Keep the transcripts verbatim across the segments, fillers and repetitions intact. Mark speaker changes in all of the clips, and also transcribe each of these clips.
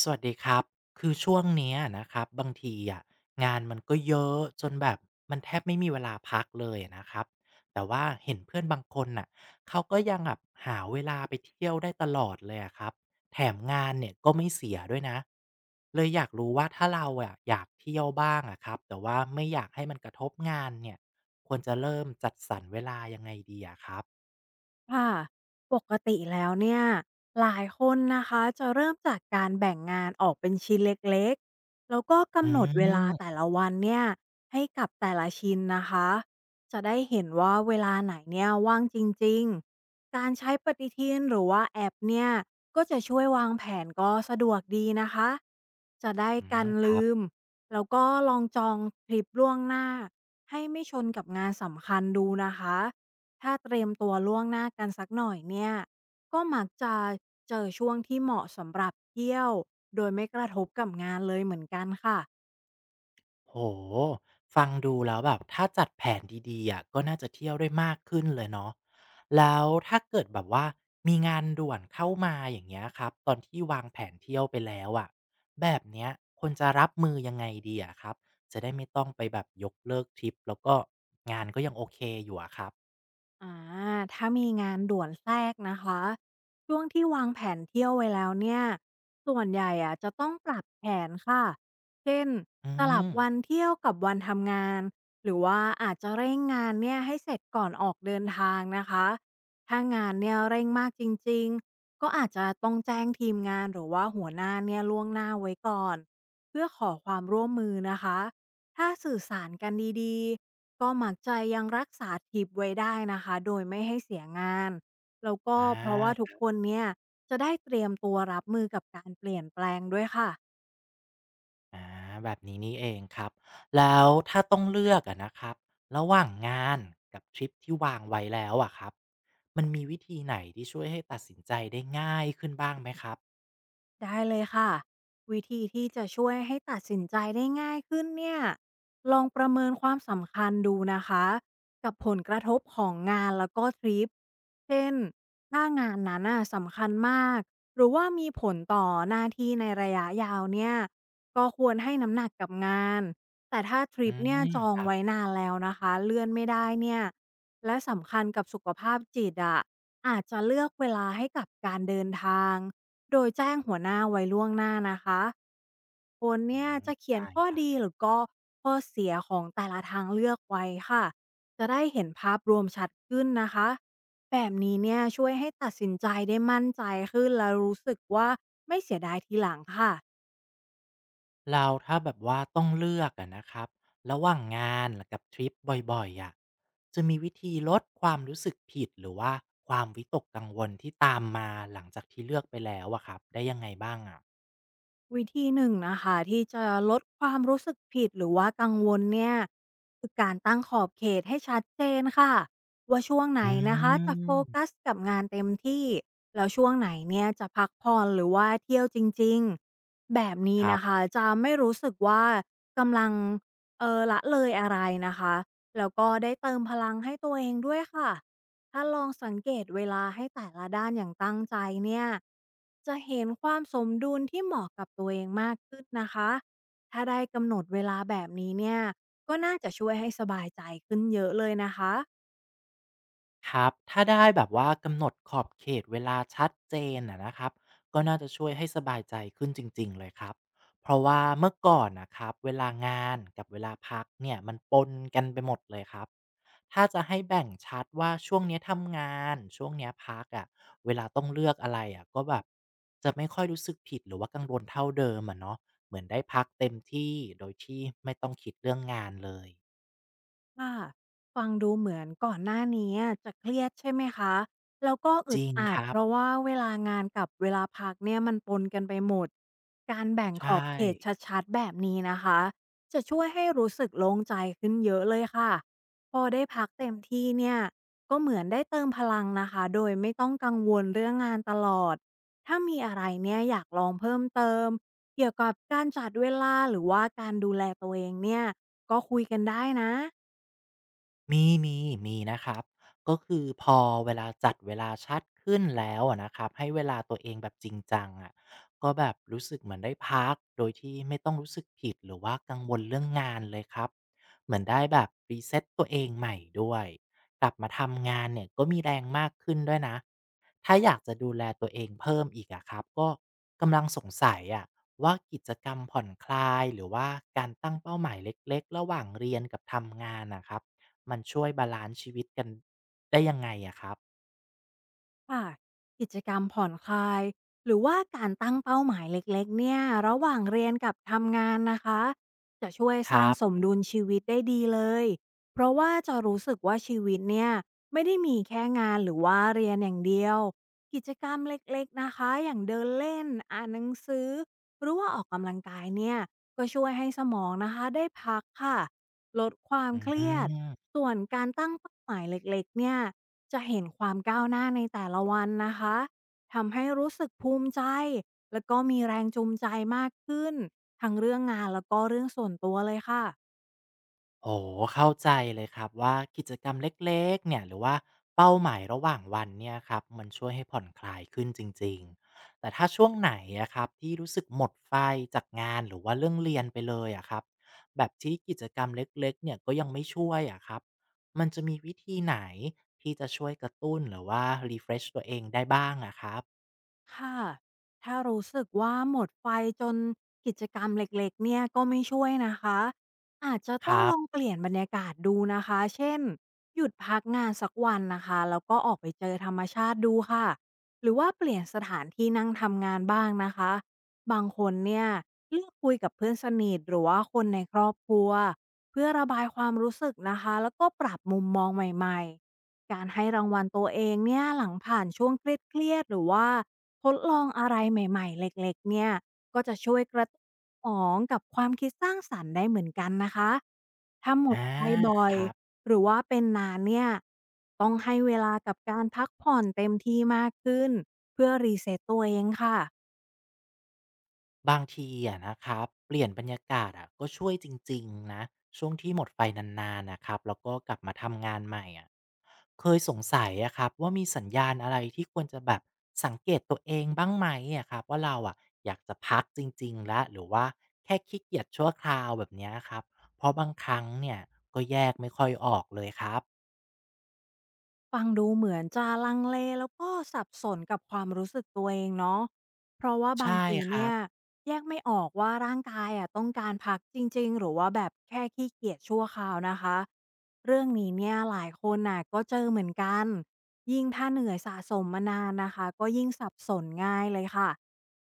Speaker 1: สวัสดีครับคือช่วงเนี้ยนะครับบางทีอะงานมันก็เยอะจนแบบมันแทบไม่มีเวลาพักเลยนะครับแต่ว่าเห็นเพื่อนบางคนน่ะเขาก็ยังแบบหาเวลาไปเที่ยวได้ตลอดเลยอะครับแถมงานเนี่ยก็ไม่เสียด้วยนะเลยอยากรู้ว่าถ้าเราอะอยากเที่ยวบ้างอะครับแต่ว่าไม่อยากให้มันกระทบงานเนี่ยควรจะเริ่มจัดสรรเวลายังไงดีอะครับ
Speaker 2: ค่ะปกติแล้วเนี่ยหลายคนนะคะจะเริ่มจากการแบ่งงานออกเป็นชิ้นเล็กๆแล้วก็
Speaker 1: อื
Speaker 2: กำหนดเวลาแต่
Speaker 1: ม
Speaker 2: ละวันเนี่ยให้กับแต่ละชิ้นนะคะจะได้เห็นว่าเวลาไหนเนี่ยว่างจริงๆการใช้ปฏิทินหรือว่าแอปเนี่ยก็จะช่วยวางแผนก็สะดวกดีนะคะจะได้
Speaker 1: อื
Speaker 2: กั
Speaker 1: ม
Speaker 2: น
Speaker 1: ครั
Speaker 2: ลื
Speaker 1: บ
Speaker 2: มแล้วก็ลองจองทริปล่วงหน้าให้ไม่ชนกับงานสำคัญดูนะคะ ถ้าเตรียมตัวล่วงหน้ากันสักหน่อยเนี่ย ก็มักจะเจอช่วงที่เหมาะสำหรับเที่ยวโดยไม่กระทบกับงานเลยเหมือนกันค่ะ
Speaker 1: โอ้โฟังดูแล้วแบบถ้าจัดแผนดีๆอะก็น่าจะเที่ยวได้มากขึ้นเลยเนาะแล้วถ้าเกิดแบบว่ามีงานด่วนเข้ามาอย่างเงี้ยครับตอนที่วางแผนเที่ยวไปแล้วอะแบบเนี้ยควรจะรับมือยังไงดีอะครับ จะได้ไม่ต้องไปแบบยกเลิกทริปแล้วก็งานก็ยังโอเคอยู่อะครับ
Speaker 2: อ่าถ้ามีงานด่วนแทรกนะคะ ช่วงที่วางแผนเที่ยวไว้แล้วเนี่ย ส่วนใหญ่อะจะต้องปรับแผนค่ะ เช่น
Speaker 1: อื
Speaker 2: สลับ
Speaker 1: ม
Speaker 2: วันเที่ยวกับวันทำงาน หรือว่าอาจจะเร่งงานเนี่ยให้เสร็จก่อนออกเดินทางนะคะ ถ้างานเนี่ยเร่งมากจริงๆ ก็อาจจะต้องแจ้งทีมงานหรือว่าหัวหน้าเนี่ยล่วงหน้าไว้ก่อน เพื่อขอความร่วมมือนะคะถ้าสื่อสารกันดีๆ ก็มักจะยังรักษาทิปไว้ได้นะคะโดยไม่ให้เสียงานแล้วก็
Speaker 1: อ
Speaker 2: เพราะว่าทุก
Speaker 1: า
Speaker 2: คนเนี่ยจะได้เตรียมตัวรับมือกับการเปลี่ยนแปลงด้วยค่ะ
Speaker 1: อ่าแบบนี้นี่เองครับแล้วถ้าต้องเลือกอะนะครับระหว่างงานกับทริปที่วางไว้แล้วอะครับมันมีวิธีไหนที่ช่วยให้ตัดสินใจได้ง่ายขึ้นบ้างไหมครับ
Speaker 2: ได้เลยค่ะวิธีที่จะช่วยให้ตัดสินใจได้ง่ายขึ้นเนี่ยลองประเมินความสำคัญดูนะคะกับผลกระทบของงานแล้วก็ทริปเช่นถ้างานนั้นน่ะสำคัญมากหรือว่ามีผลต่อหน้าที่ในระยะยาวเนี่ยก็ควรให้น้ำหนักกับงานแต่ถ้าท
Speaker 1: อื
Speaker 2: ริปเนี่ย
Speaker 1: ม
Speaker 2: จอ
Speaker 1: ค
Speaker 2: ง
Speaker 1: รั
Speaker 2: ไว้
Speaker 1: บ
Speaker 2: นานแล้วนะคะเลื่อนไม่ได้เนี่ยและสำคัญกับสุขภาพจิตอะอาจจะเลือกเวลาให้กับการเดินทาง โดยแจ้งหัวหน้าไว้ล่วงหน้านะคะคน
Speaker 1: อื
Speaker 2: เนี่ย
Speaker 1: ม
Speaker 2: จะเขียน
Speaker 1: ได้
Speaker 2: ข้อ
Speaker 1: ครับ
Speaker 2: ดีหรือก็ข้อเสียของแต่ละทางเลือกไว้ค่ะจะได้เห็นภาพรวมชัดขึ้นนะคะแบบนี้เนี่ยช่วยให้ตัดสินใจได้มั่นใจขึ้นและรู้สึกว่าไม่เสียดายทีหลังค่ะ
Speaker 1: แล้วถ้าแบบว่าต้องเลือกอะนะครับระหว่างงานกับทริปบ่อยๆอะจะมีวิธีลดความรู้สึกผิดหรือว่าความวิตกกังวลที่ตามมาหลังจากที่เลือกไปแล้วอะครับได้ยังไงบ้างอะ
Speaker 2: วิธีหนึ่งนะคะที่จะลดความรู้สึกผิดหรือว่ากังวลเนี่ยคือการตั้งขอบเขตให้ชัดเจนค่ะว่าช่วงไหน
Speaker 1: อื
Speaker 2: นะคะจะโฟกั
Speaker 1: ม
Speaker 2: สกับงานเต็มที่แล้วช่วงไหนเนี่ยจะพักผ่อนหรือว่าเที่ยวจริงๆแบบนี้
Speaker 1: ครับ
Speaker 2: นะคะจะไม่รู้สึกว่ากำลังเออละเลยอะไรนะคะแล้วก็ได้เติมพลังให้ตัวเองด้วยค่ะ ถ้าลองสังเกตเวลาให้แต่ละด้านอย่างตั้งใจเนี่ยจะเห็นความสมดุลที่เหมาะกับตัวเองมากขึ้นนะคะถ้าได้กำหนดเวลาแบบนี้เนี่ยก็น่าจะช่วยให้สบายใจขึ้นเยอะเลยนะคะ
Speaker 1: ครับถ้าได้แบบว่ากำหนดขอบเขตเวลาชัดเจนนะนะครับก็น่าจะช่วยให้สบายใจขึ้นจริงๆเลยครับเพราะว่าเมื่อก่อนนะครับเวลางานกับเวลาพักเนี่ยมันปนกันไปหมดเลยครับถ้าจะให้แบ่งชัดว่าช่วงเนี้ยทำงานช่วงเนี้ยพักอะ่ะเวลาต้องเลือกอะไรอะ่ะก็แบบจะไม่ค่อยรู้สึกผิดหรือว่ากังวลเท่าเดิมอ่ะเนาะเหมือนได้พักเต็มที่โดยที่ไม่ต้องคิดเรื่องงานเลย
Speaker 2: ค่ะฟังดูเหมือนก่อนหน้านี้อะจะเครียดใช่ไหมคะ แล้วก็
Speaker 1: จ
Speaker 2: อึด
Speaker 1: ริง
Speaker 2: อั
Speaker 1: ค
Speaker 2: ด
Speaker 1: รั
Speaker 2: เพ
Speaker 1: บ
Speaker 2: ราะว่าเวลางานกับเวลาพักเนี่ยมันปนกันไปหมด การแบ่งข
Speaker 1: ใช่
Speaker 2: อบเขตชัดๆแบบนี้นะคะ จะช่วยให้รู้สึกโล่งใจขึ้นเยอะเลยค่ะ พอได้พักเต็มที่เนี่ยก็เหมือนได้เติมพลังนะคะ โดยไม่ต้องกังวลเรื่องงานตลอด ถ้ามีอะไรเนี่ยอยากลองเพิ่มเติมเกี่ยวกับการจัดเวลาหรือว่าการดูแลตัวเองเนี่ยก็คุยกันได้นะ
Speaker 1: มีมีมีนะครับก็คือพอเวลาจัดเวลาชัดขึ้นแล้วอะนะครับให้เวลาตัวเองแบบจริงจังอะก็แบบรู้สึกเหมือนได้พักโดยที่ไม่ต้องรู้สึกผิดหรือว่ากังวลเรื่องงานเลยครับเหมือนได้แบบ reset ตตัวเองใหม่ด้วยกลับมาทำงานเนี่ยก็มีแรงมากขึ้นด้วยนะถ้าอยากจะดูแลตัวเองเพิ่มอีกอะครับก็กำลังสงสัยอะว่ากิจกรรมผ่อนคลายหรือว่าการตั้งเป้าหมายเล็กๆระหว่างเรียนกับทำงานนะครับ มันช่วยบาลันซ์ชีวิตกันได้ยังไงอะครับ
Speaker 2: ค่ะกิจกรรมผ่อนคลายหรือว่าการตั้งเป้าหมายเล็กๆเนี่ยระหว่างเรียนกับทำงานนะคะจะช่วย
Speaker 1: ค
Speaker 2: ส
Speaker 1: รั
Speaker 2: ร้างส
Speaker 1: บ
Speaker 2: มดุลชีวิตได้ดีเลยเพราะว่าจะรู้สึกว่าชีวิตเนี่ยไม่ได้มีแค่งานหรือว่าเรียนอย่างเดียวกิจกรรมเล็กๆนะคะอย่างเดินเล่นอ่านหนังสือหรือว่าออกกำลังกายเนี่ยก็ช่วยให้สมองนะคะได้พักค่ะลดความ
Speaker 1: อื
Speaker 2: เครียด
Speaker 1: ม
Speaker 2: ส่วนการตั้งเป้าหมายเล็กๆเนี่ย จะเห็นความก้าวหน้าในแต่ละวันนะคะ ทำให้รู้สึกภูมิใจแล้วก็มีแรงจูงใจมากขึ้นทั้งเรื่องงานแล้วก็เรื่องส่วนตัวเลยค่ะ
Speaker 1: โอ้โฮเข้าใจเลยครับว่ากิจกรรมเล็กๆเนี่ยหรือว่าเป้าหมายระหว่างวันเนี่ยครับมันช่วยให้ผ่อนคลายขึ้นจริงๆแต่ถ้าช่วงไหนอะครับที่รู้สึกหมดไฟจากงานหรือว่าเรื่องเรียนไปเลยอะครับแบบที่กิจกรรมเล็กๆเนี่ยก็ยังไม่ช่วยอะครับมันจะมีวิธีไหนที่จะช่วยกระตุ้นหรือว่า refresh ตัวเองได้บ้างอะครับ
Speaker 2: ค่ะถ้ารู้สึกว่าหมดไฟจนกิจกรรมเล็กๆเนี่ยก็ไม่ช่วยนะคะอาจจะ
Speaker 1: ค
Speaker 2: ต้อง
Speaker 1: รั
Speaker 2: ล
Speaker 1: บ
Speaker 2: องเปลี่ยนบรรยากาศดูนะคะเช่น หยุดพักงานสักวันนะคะแล้วก็ออกไปเจอธรรมชาติดูค่ะหรือว่าเปลี่ยนสถานที่นั่งทำงานบ้างนะคะบางคนเนี่ยเลือกคุยกับเพื่อนสนิทหรือว่าคนในครอบครัวเพื่อระบายความรู้สึกนะคะแล้วก็ปรับมุมมองใหม่ๆการให้รางวัลตัวเองเนี่ยหลังผ่านช่วงเครียดๆหรือว่า ทดลองอะไรใหม่ๆเล็กๆเนี่ยก็จะช่วยกระตุ้นสมองกับความคิดสร้างสรรค์ได้เหมือนกันนะคะ ถ้าหม
Speaker 1: อา
Speaker 2: ดไฟบ่อ
Speaker 1: ค
Speaker 2: ย
Speaker 1: รับ
Speaker 2: หรือว่าเป็นนานเนี่ยต้องให้เวลากับการพักผ่อนเต็มที่มากขึ้นเพื่อรีเซ็ตตัวเองค่ะ
Speaker 1: บางทีอะนะครับเปลี่ยนบรรยากาศอะก็ช่วยจริงๆนะช่วงที่หมดไฟนานๆนะครับแล้วก็กลับมาทำงานใหม่อะเคยสงสัยอะครับว่ามีสัญญาณอะไรที่ควรจะแบบสังเกตตัวเองบ้างไหมอะครับว่าเราอะอยากจะพักจริงๆแล้วหรือว่าแค่ขี้เกียจชั่วคราวแบบเนี้ยครับเพราะบางครั้งเนี่ยก็แยกไม่ค่อยออกเลยครับ
Speaker 2: ฟังดูเหมือนจะลังเลแล้วก็สับสนกับความรู้สึกตัวเองเนาะเพราะว่าบา
Speaker 1: ใช่
Speaker 2: งที
Speaker 1: ครั
Speaker 2: เนี่ย
Speaker 1: บ
Speaker 2: แยกไม่ออกว่าร่างกายอะต้องการพักจริงๆหรือว่าแบบแค่ขี้เกียจชั่วคราวนะคะเรื่องนี้เนี่ยหลายคนน่ะก็เจอเหมือนกันยิ่งถ้าเหนื่อยสะสมมานานนะคะก็ยิ่งสับสนง่ายเลยค่ะ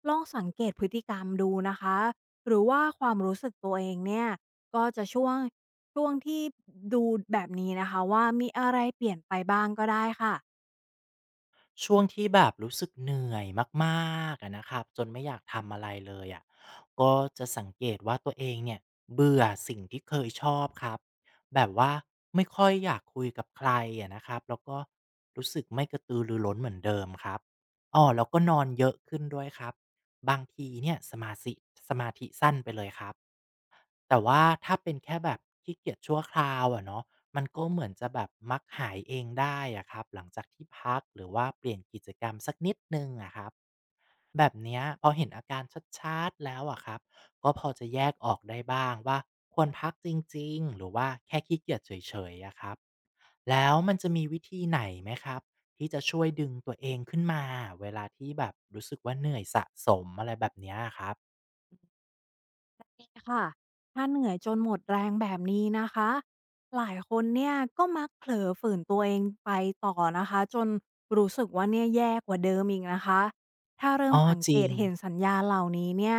Speaker 2: ลองสังเกตพฤติกรรมดูนะคะหรือว่าความรู้สึกตัวเองเนี่ย ก็จะช่วงช่วงที่ดูแบบนี้นะคะว่ามีอะไรเปลี่ยนไปบ้างก็ได้ค่ะ
Speaker 1: ช่วงที่แบบรู้สึกเหนื่อยมากๆอะนะครับจนไม่อยากทำอะไรเลยอะะก็จะสังเกตว่าตัวเองเนี่ยเบื่อสิ่งที่เคยชอบครับแบบว่าไม่ค่อยอยากคุยกับใครอะนะครับแล้วก็รู้สึกไม่กระตือรือร้นเหมือนเดิมครับอ๋อแล้วก็นอนเยอะขึ้นด้วยครับบางทีเนี่ยสมาธิสมาธิสั้นไปเลยครับ แต่ว่าถ้าเป็นแค่แบบขี้เกียจชั่วคราวอะเนาะมันก็เหมือนจะแบบมักหายเองได้อะครับหลังจากที่พักหรือว่าเปลี่ยนกิจกรรมสักนิดนึงอะครับแบบเนี้ยพอเห็นอาการชัดๆแล้วอะครับก็พอจะแยกออกได้บ้างว่าควรพักจริงๆหรือว่าแค่ขี้เกียจเฉยๆอะครับแล้วมันจะมีวิธีไหนไหมครับที่จะช่วยดึงตัวเองขึ้นมาเวลาที่แบบรู้สึกว่าเหนื่อยสะสมอะไรแบบเนี้ยอะครับ
Speaker 2: ค่ะถ้าเหนื่อยจนหมดแรงแบบนี้นะคะหลายคนเนี่ยก็มักเผลอฝืนตัวเองไปต่อนะคะจนรู้สึกว่าเนี่ยแย่กว่าเดิมอีกนะคะถ้าเริ่ม
Speaker 1: อ้อ
Speaker 2: สัง
Speaker 1: จ
Speaker 2: เก
Speaker 1: ริ
Speaker 2: ต
Speaker 1: ง
Speaker 2: เห็นสัญญาณเหล่านี้เนี่ย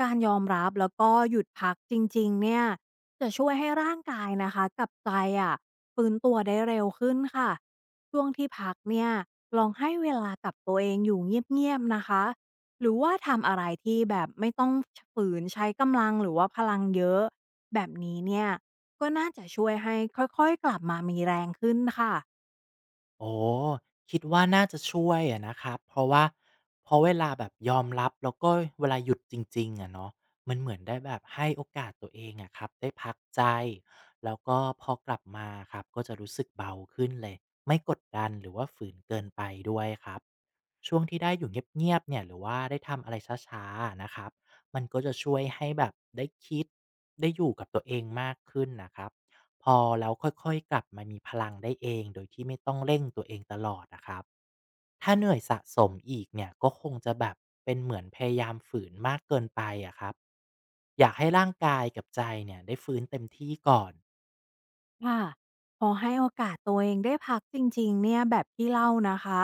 Speaker 2: การยอมรับแล้วก็หยุดพักจริงๆเนี่ยจะช่วยให้ร่างกายนะคะกับใจอ่ะฟื้นตัวได้เร็วขึ้นค่ะช่วงที่พักเนี่ยลองให้เวลากับตัวเองอยู่เงียบๆนะคะ หรือว่าทำอะไรที่แบบไม่ต้องชฝืนใช้กำลังหรือว่าพลังเยอะแบบนี้เนี่ยก็น่าจะช่วยให้ค่อยๆกลับมามีแรงขึ้นค่ะ
Speaker 1: โอ้คิดว่าน่าจะช่วยอะนะครับเพราะว่าเพราะเวลาแบบยอมรับแล้วก็เวลาหยุดจริงๆอะเนาะมันเหมือนได้แบบให้โอกาสตัวเองอะครับได้พักใจแล้วก็พอกลับมาครับก็จะรู้สึกเบาขึ้นเลยไม่กดดันหรือว่าฝืนเกินไปด้วยครับช่วงที่ได้อยู่เงียบๆเนี่ยหรือว่าได้ทำอะไรช้าๆนะครับมันก็จะช่วยให้แบบได้คิดได้อยู่กับตัวเองมากขึ้นน่ะครับ พอแล้วค่อยๆกลับมามีพลังได้เองโดยที่ไม่ต้องเร่งตัวเองตลอดนะครับถ้าเหนื่อยสะสมอีกเนี่ยก็คงจะแบบเป็นเหมือนพยายามฝืนมากเกินไปอะครับอยากให้ร่างกายกับใจเนี่ยได้ฟื้นเต็มที่ก่อน
Speaker 2: ค่ะพอให้โอกาสตัวเองได้พักจริงๆเนี่ยแบบที่เล่านะคะ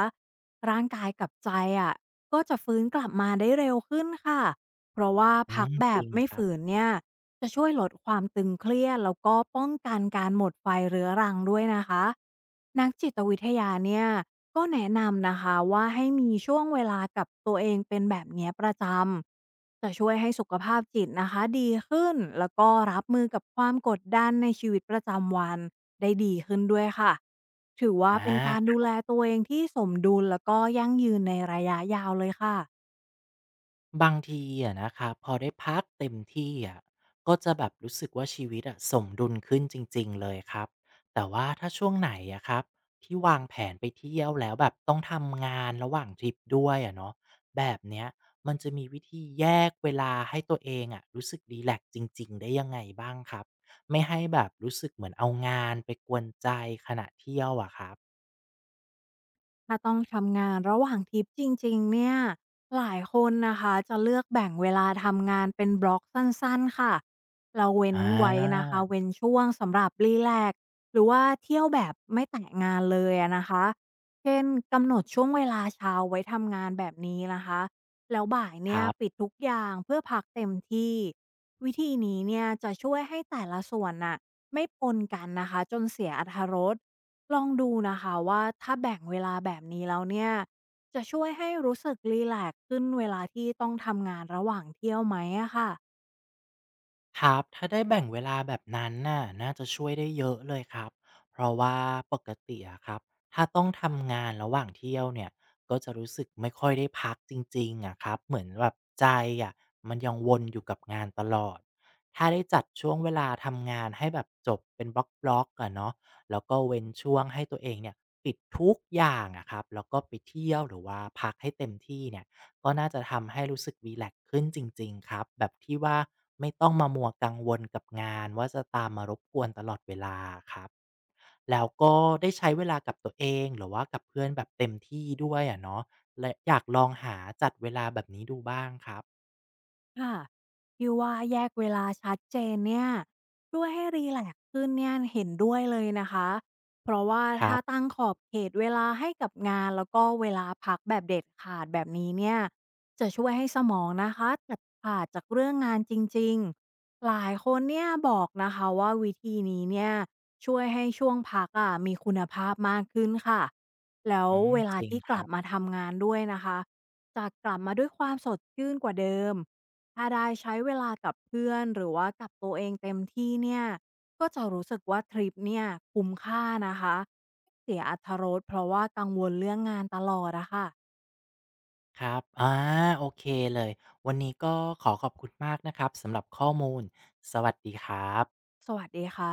Speaker 2: ร่างกายกับใจอะก็จะฟื้นกลับมาได้เร็วขึ้นค่ะเพราะว่า
Speaker 1: อื
Speaker 2: พัก
Speaker 1: ม
Speaker 2: แบ
Speaker 1: จริ
Speaker 2: บ
Speaker 1: ง
Speaker 2: ไม่
Speaker 1: ครั
Speaker 2: ฝื
Speaker 1: บ
Speaker 2: นเนี่ยจะช่วยลดความตึงเครียดแล้วก็ป้องกันการหมดไฟเรื้อรังด้วยนะคะนักจิตวิทยาเนี่ย ก็แนะนำนะคะว่าให้มีช่วงเวลากับตัวเองเป็นแบบเนี้ยประจำจะช่วยให้สุขภาพจิตนะคะดีขึ้นแล้วก็รับมือกับความกดดันในชีวิตประจำวันได้ดีขึ้นด้วยค่ะถือว่าเป็น
Speaker 1: อา
Speaker 2: การดูแลตัวเองที่สมดุลแล้วก็ยั่งยืนในระยะยาวเลยค่ะ
Speaker 1: บางทีอะนะครับพอได้พักเต็มที่อะก็จะแบบรู้สึกว่าชีวิตอะสมดุลขึ้นจริงๆเลยครับแต่ว่าถ้าช่วงไหนอะครับที่วางแผนไปเที่ยวแล้วแบบต้องทำงานระหว่างทริปด้วยอะเนาะแบบเนี้ยมันจะมีวิธีแยกเวลาให้ตัวเองอะรู้สึกรีแลกซ์จริงๆได้ยังไงบ้างครับไม่ให้แบบรู้สึกเหมือนเอางานไปกวนใจขณะเที่ยวอะครับ
Speaker 2: ถ้าต้องทำงานระหว่างทริปจริงๆเนี่ยหลายคนนะคะจะเลือกแบ่งเวลาทำงานเป็นบล็อกสั้นๆค่ะเราเว้
Speaker 1: อ
Speaker 2: นไว้นะ
Speaker 1: า
Speaker 2: คะเว้นช่วงสำหรับรีแลกซ์หรือว่าเที่ยวแบบไม่แตะงานเลยอะนะคะเช่นกำหนดช่วงเวลาเช้าไว้ทำงานแบบนี้นะคะแล้วบ่าย
Speaker 1: ค
Speaker 2: เนี่ย
Speaker 1: รั
Speaker 2: ปิด
Speaker 1: บ
Speaker 2: ทุกอย่างเพื่อพักเต็มที่วิธีนี้เนี่ยจะช่วยให้แต่ละส่วนน่ะไม่ปนกันนะคะจนเสียอรรถรส ลองดูนะคะว่าถ้าแบ่งเวลาแบบนี้แล้วเนี่ยจะช่วยให้รู้สึกรีแลกซ์ขึ้นเวลาที่ต้องทำงานระหว่างเที่ยวไหมอะค่ะ
Speaker 1: ครับถ้าได้แบ่งเวลาแบบนั้นน่ะน่าจะช่วยได้เยอะเลยครับเพราะว่าปกติอะครับถ้าต้องทำงานระหว่างเที่ยวเนี่ยก็จะรู้สึกไม่ค่อยได้พักจริงๆอะครับเหมือนแบบใจอะมันยังวนอยู่กับงานตลอดถ้าได้จัดช่วงเวลาทำงานให้แบบจบเป็นบล็อกๆอะเนาะแล้วก็เว้นช่วงให้ตัวเองเนี่ยปิดทุกอย่างอะครับแล้วก็ไปเที่ยวหรือว่าพักให้เต็มที่เนี่ย ก็น่าจะทำให้รู้สึกรีแลกซ์ขึ้นจริงๆครับแบบที่ว่าไม่ต้องมามัวกังวลกับงานว่าจะตามมารบกวนตลอดเวลาครับแล้วก็ได้ใช้เวลากับตัวเองหรือว่ากับเพื่อนแบบเต็มที่ด้วยอะเนาะและอยากลองหาจัดเวลาแบบนี้ดูบ้างครับ
Speaker 2: ค่ะที่ว่าแยกเวลาชัดเจนเนี่ยช่วยให้รีแลกซ์ขึ้นเนี่ยเห็นด้วยเลยนะคะเพราะว่า
Speaker 1: ครั
Speaker 2: ถ้า
Speaker 1: บ
Speaker 2: ตั้งขอบเขตเวลาให้กับงานแล้วก็เวลาพักแบบเด็ดขาดแบบนี้เนี่ยจะช่วยให้สมองนะคะตัดขาดจากเรื่องงานจริงๆหลายคนเนี่ยบอกนะคะว่าวิธีนี้เนี่ยช่วยให้ช่วงพักอ่ะมีคุณภาพมากขึ้นค่ะแล้ว
Speaker 1: อืม
Speaker 2: เว
Speaker 1: จ
Speaker 2: ลา
Speaker 1: ริง
Speaker 2: ที่
Speaker 1: ค
Speaker 2: ก
Speaker 1: รั
Speaker 2: ลับ
Speaker 1: บ
Speaker 2: มาทำงานด้วยนะคะจะกลับมาด้วยความสดชื่นกว่าเดิม ถ้าได้ใช้เวลากับเพื่อนหรือว่ากับตัวเองเต็มที่เนี่ยก็จะรู้สึกว่าทริปเนี่ยคุ้มค่านะคะเสียอรรถรสเพราะว่ากังวลเรื่องงานตลอดอะค่ะ
Speaker 1: ครับอาโอเคเลยวันนี้ก็ขอขอบคุณมากนะครับสำหรับข้อมูลสวัสดีครับ
Speaker 2: สวัสดีค่ะ